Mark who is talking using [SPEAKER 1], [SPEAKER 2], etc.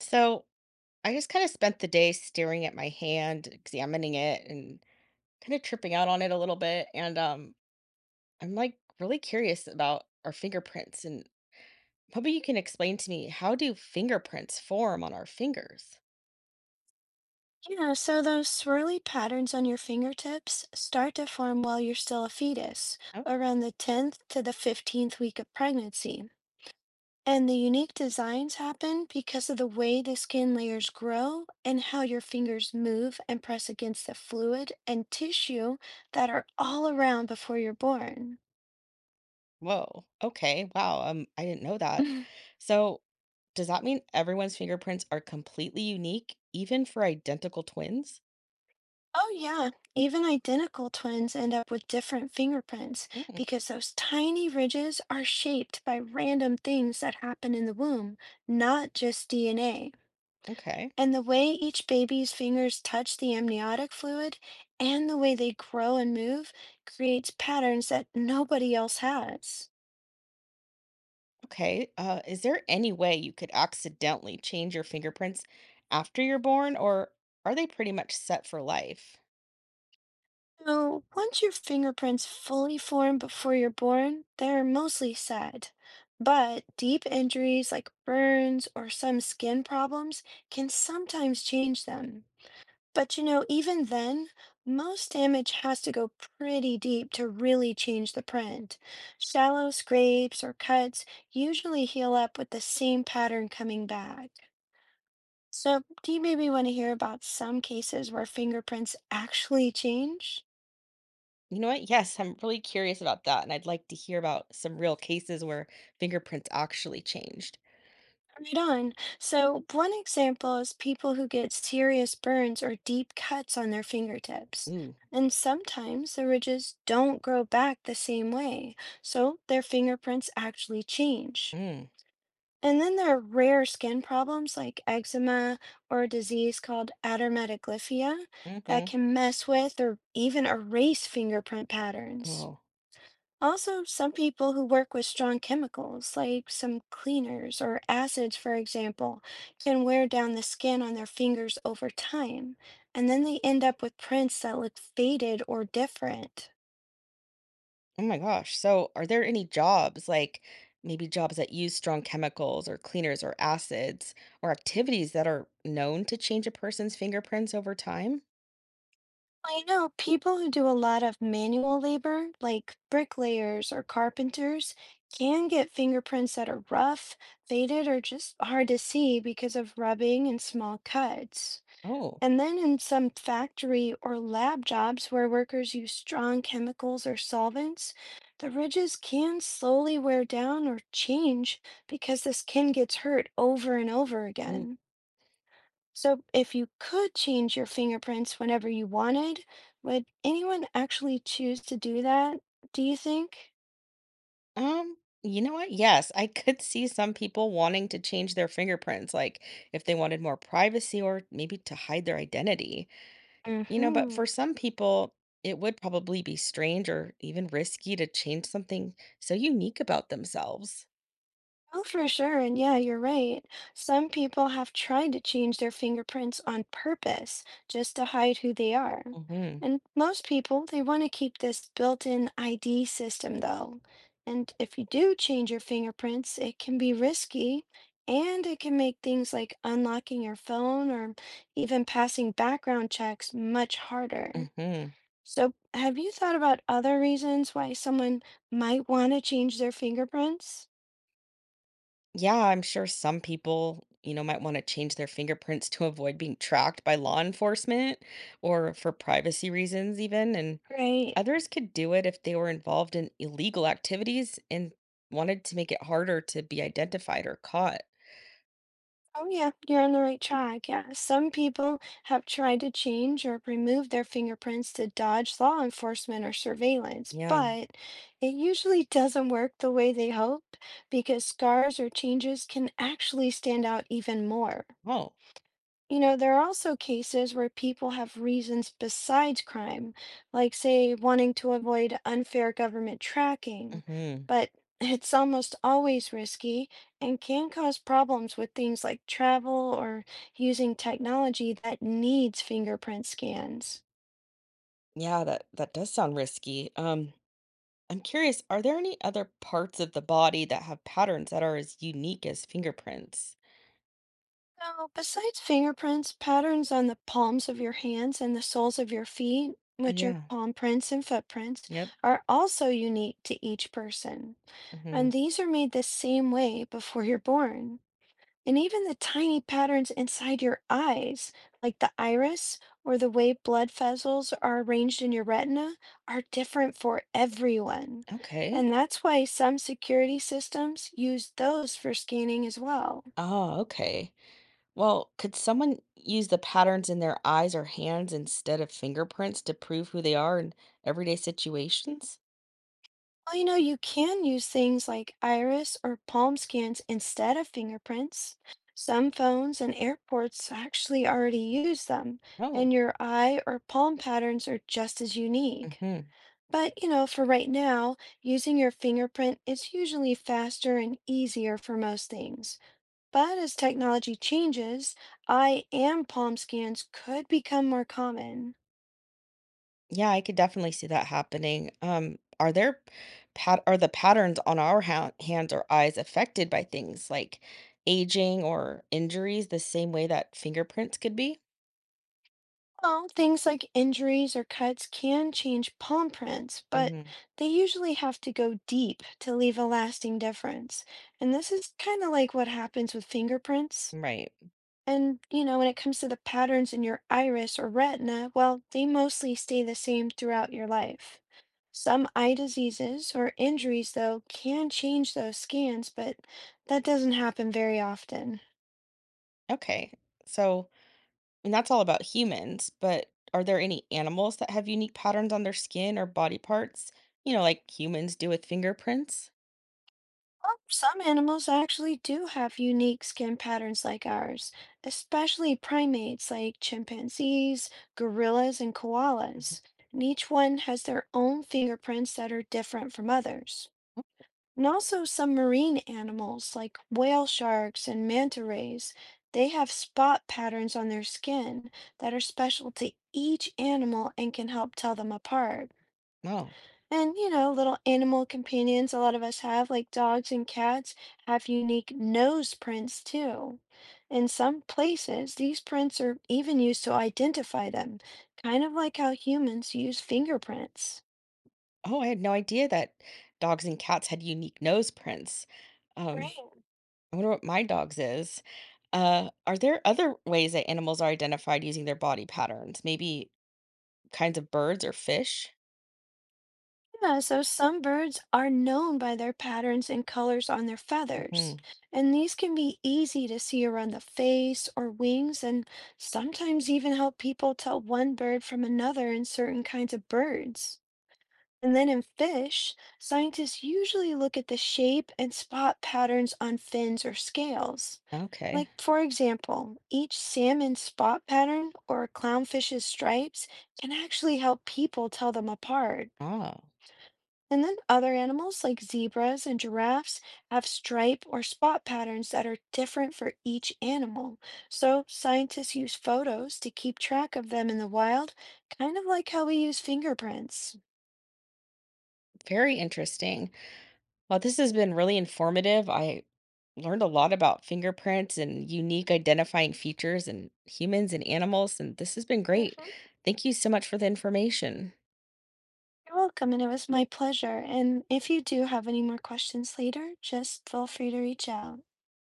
[SPEAKER 1] So I just kind of spent the day staring at my hand, examining it, and kind of tripping out
[SPEAKER 2] Mhm.
[SPEAKER 1] on it a little bit. And I'm like really curious about our fingerprints. And maybe you can explain to me, how do fingerprints form on our fingers?
[SPEAKER 2] Yeah, so those swirly patterns on your fingertips start to form while you're still a fetus,
[SPEAKER 1] Oh,
[SPEAKER 2] around the 10th to the 15th week of pregnancy. And the unique designs happen because of the way the skin layers grow and how your fingers move and press against the fluid and tissue that are all around before you're born.
[SPEAKER 1] whoa. Okay. Wow. I didn't know that.
[SPEAKER 2] Mhm.
[SPEAKER 1] So, does that mean everyone's fingerprints are completely unique, even for identical twins?
[SPEAKER 2] Oh, yeah, even identical twins end up with different fingerprints
[SPEAKER 1] Mm,
[SPEAKER 2] because those tiny ridges are shaped by random things that happen in the womb, not just DNA.
[SPEAKER 1] okay.
[SPEAKER 2] And the way each baby's fingers touch the amniotic fluid and the way they grow and move creates patterns that nobody else has.
[SPEAKER 1] Okay. Is there any way you could accidentally change your fingerprints after you're born, or are they pretty much set for life?
[SPEAKER 2] So, once your fingerprints fully form before you're born, they're mostly set. But deep injuries like burns or some skin problems can sometimes change them. But you know, even then, most damage has to go pretty deep to really change the print. Shallow scrapes or cuts usually heal up with the same pattern coming back. So, do you maybe want to hear about some cases where fingerprints actually change?
[SPEAKER 1] You know what? Yes, I'm really curious about that, and I'd like to hear about some real cases where fingerprints actually changed.
[SPEAKER 2] Right on. So, one example is people who get serious burns or deep cuts on their fingertips.
[SPEAKER 1] Ooh.
[SPEAKER 2] And sometimes the ridges don't grow back the same way, so their fingerprints actually change.
[SPEAKER 1] Mm.
[SPEAKER 2] And then there are rare skin problems like eczema or a disease called adermatoglyphia that
[SPEAKER 1] Mm-hmm.
[SPEAKER 2] can mess with or even erase fingerprint patterns.
[SPEAKER 1] Oh.
[SPEAKER 2] Also, some people who work with strong chemicals, like some cleaners or acids, for example, can wear down the skin on their fingers over time, and then they end up with prints that look faded or different.
[SPEAKER 1] Oh my gosh. So, are there any jobs, like maybe jobs that use strong chemicals or cleaners or acids or activities that are known to change a person's fingerprints over time?
[SPEAKER 2] I know people who do a lot of manual labor, like bricklayers or carpenters, can get fingerprints that are rough, faded, or just hard to see because of rubbing and small cuts.
[SPEAKER 1] Oh.
[SPEAKER 2] And then in some factory or lab jobs where workers use strong chemicals or solvents, the ridges can slowly wear down or change because the skin gets hurt over and over again. So, if you could change your fingerprints whenever you wanted, would anyone actually choose to do that? Do you think?
[SPEAKER 1] Um, you know what? Yes, I could see some people wanting to change their fingerprints, like if they wanted more privacy or maybe to hide their identity,
[SPEAKER 2] Mm
[SPEAKER 1] you know, but for
[SPEAKER 2] hmm.
[SPEAKER 1] some people, it would probably be strange or even risky to change something so unique about themselves.
[SPEAKER 2] Oh, for sure. And yeah, you're right. Some people have tried to change their fingerprints on purpose just to hide who they are.
[SPEAKER 1] Hmm.
[SPEAKER 2] And most people, they want to keep this built-in ID system, though. And if you do change your fingerprints, it can be risky and it can make things like unlocking your phone or even passing background checks much harder.
[SPEAKER 1] Hmm.
[SPEAKER 2] So, have you thought about other reasons why someone might want to change their fingerprints?
[SPEAKER 1] Yeah, I'm sure some people, you know, might want to change their fingerprints to avoid being tracked by law enforcement or for privacy reasons, even. And
[SPEAKER 2] Right.
[SPEAKER 1] others could do it if they were involved in illegal activities and wanted to make it harder to be identified or caught.
[SPEAKER 2] Oh, yeah, you're on the right track. Yeah. Some people have tried to change or remove their fingerprints to dodge law enforcement or surveillance,
[SPEAKER 1] Yeah.
[SPEAKER 2] but it usually doesn't work the way they hope because scars or changes can actually stand out even more.
[SPEAKER 1] Oh.
[SPEAKER 2] You know, there are also cases where people have reasons besides crime, like, say, wanting to avoid unfair government tracking,
[SPEAKER 1] Mhm.
[SPEAKER 2] but it's almost always risky and can cause problems with things like travel or using technology that needs fingerprint scans.
[SPEAKER 1] Yeah, that does sound risky. I'm curious, are there any other parts of the body that have patterns that are as unique as fingerprints?
[SPEAKER 2] Now, besides fingerprints, patterns on the palms of your hands and the soles of your feet,
[SPEAKER 1] Oh
[SPEAKER 2] which are
[SPEAKER 1] yeah.
[SPEAKER 2] palm prints and footprints,
[SPEAKER 1] Yep.
[SPEAKER 2] are also unique to each person. And
[SPEAKER 1] Mhm.
[SPEAKER 2] these are made the same way before you're born. And even the tiny patterns inside your eyes, like the iris or the way blood vessels are arranged in your retina, are different for everyone. And
[SPEAKER 1] Okay.
[SPEAKER 2] that's why some security systems use those for scanning as well.
[SPEAKER 1] Oh, okay. Well, could someone use the patterns in their eyes or hands instead of fingerprints to prove who they are in everyday situations?
[SPEAKER 2] Well, you know, you can use things like iris or palm scans instead of fingerprints. Some phones and airports actually already use them,
[SPEAKER 1] Oh.
[SPEAKER 2] and your eye or palm patterns are just as unique.
[SPEAKER 1] Mhm.
[SPEAKER 2] But, you know, for right now, using your fingerprint is usually faster and easier for most things. But as technology changes, eye and palm scans could become more common.
[SPEAKER 1] Yeah, I could definitely see that happening. Are there pat are the patterns on our hands or eyes affected by things like aging or injuries the same way that fingerprints could be?
[SPEAKER 2] Well, things like injuries or cuts can change palm prints, but
[SPEAKER 1] Hmm.
[SPEAKER 2] they usually have to go deep to leave a lasting difference. And this is kind of like what happens with fingerprints.
[SPEAKER 1] Right.
[SPEAKER 2] And, you know, when it comes to the patterns in your iris or retina, well, they mostly stay the same throughout your life. Some eye diseases or injuries, though, can change those scans, but that doesn't happen very often.
[SPEAKER 1] Okay. So, and that's all about humans, but are there any animals that have unique patterns on their skin or body parts? You know, like humans do with fingerprints?
[SPEAKER 2] Well, some animals actually do have unique skin patterns like ours, especially primates like chimpanzees, gorillas, and
[SPEAKER 1] Mhm.
[SPEAKER 2] koalas. And each one has their own fingerprints that are different from others. And also some marine animals like whale sharks and manta rays, they have spot patterns on their skin that are special to each animal and can help tell them apart.
[SPEAKER 1] Oh.
[SPEAKER 2] And, you know, little animal companions a lot of us have, like dogs and cats, have unique nose prints too. In some places, these prints are even used to identify them, kind of like how humans use fingerprints.
[SPEAKER 1] Oh, I had no idea that dogs and cats had unique nose prints. Um,
[SPEAKER 2] Great.
[SPEAKER 1] I wonder what my dog's is. Are there other ways that animals are identified using their body patterns? Maybe kinds of birds or fish?
[SPEAKER 2] Yeah, so some birds are known by their patterns and colors on their feathers,
[SPEAKER 1] Hmm.
[SPEAKER 2] and these can be easy to see around the face or wings, and sometimes even help people tell one bird from another in certain kinds of birds. And then in fish, scientists usually look at the shape and spot patterns on fins or scales.
[SPEAKER 1] Okay.
[SPEAKER 2] Like, for example, each salmon's spot pattern or a clownfish's stripes can actually help people tell them apart.
[SPEAKER 1] Oh,
[SPEAKER 2] And then other animals like zebras and giraffes have stripe or spot patterns that are different for each animal. So scientists use photos to keep track of them in the wild, kind of like how we use fingerprints.
[SPEAKER 1] very interesting. Well, this has been really informative. I learned a lot about fingerprints and unique identifying features in humans and animals, and this has been great. Thank you so much for the information.
[SPEAKER 2] You're welcome, and it was my pleasure. And if you do have any more questions later, just feel free to reach out.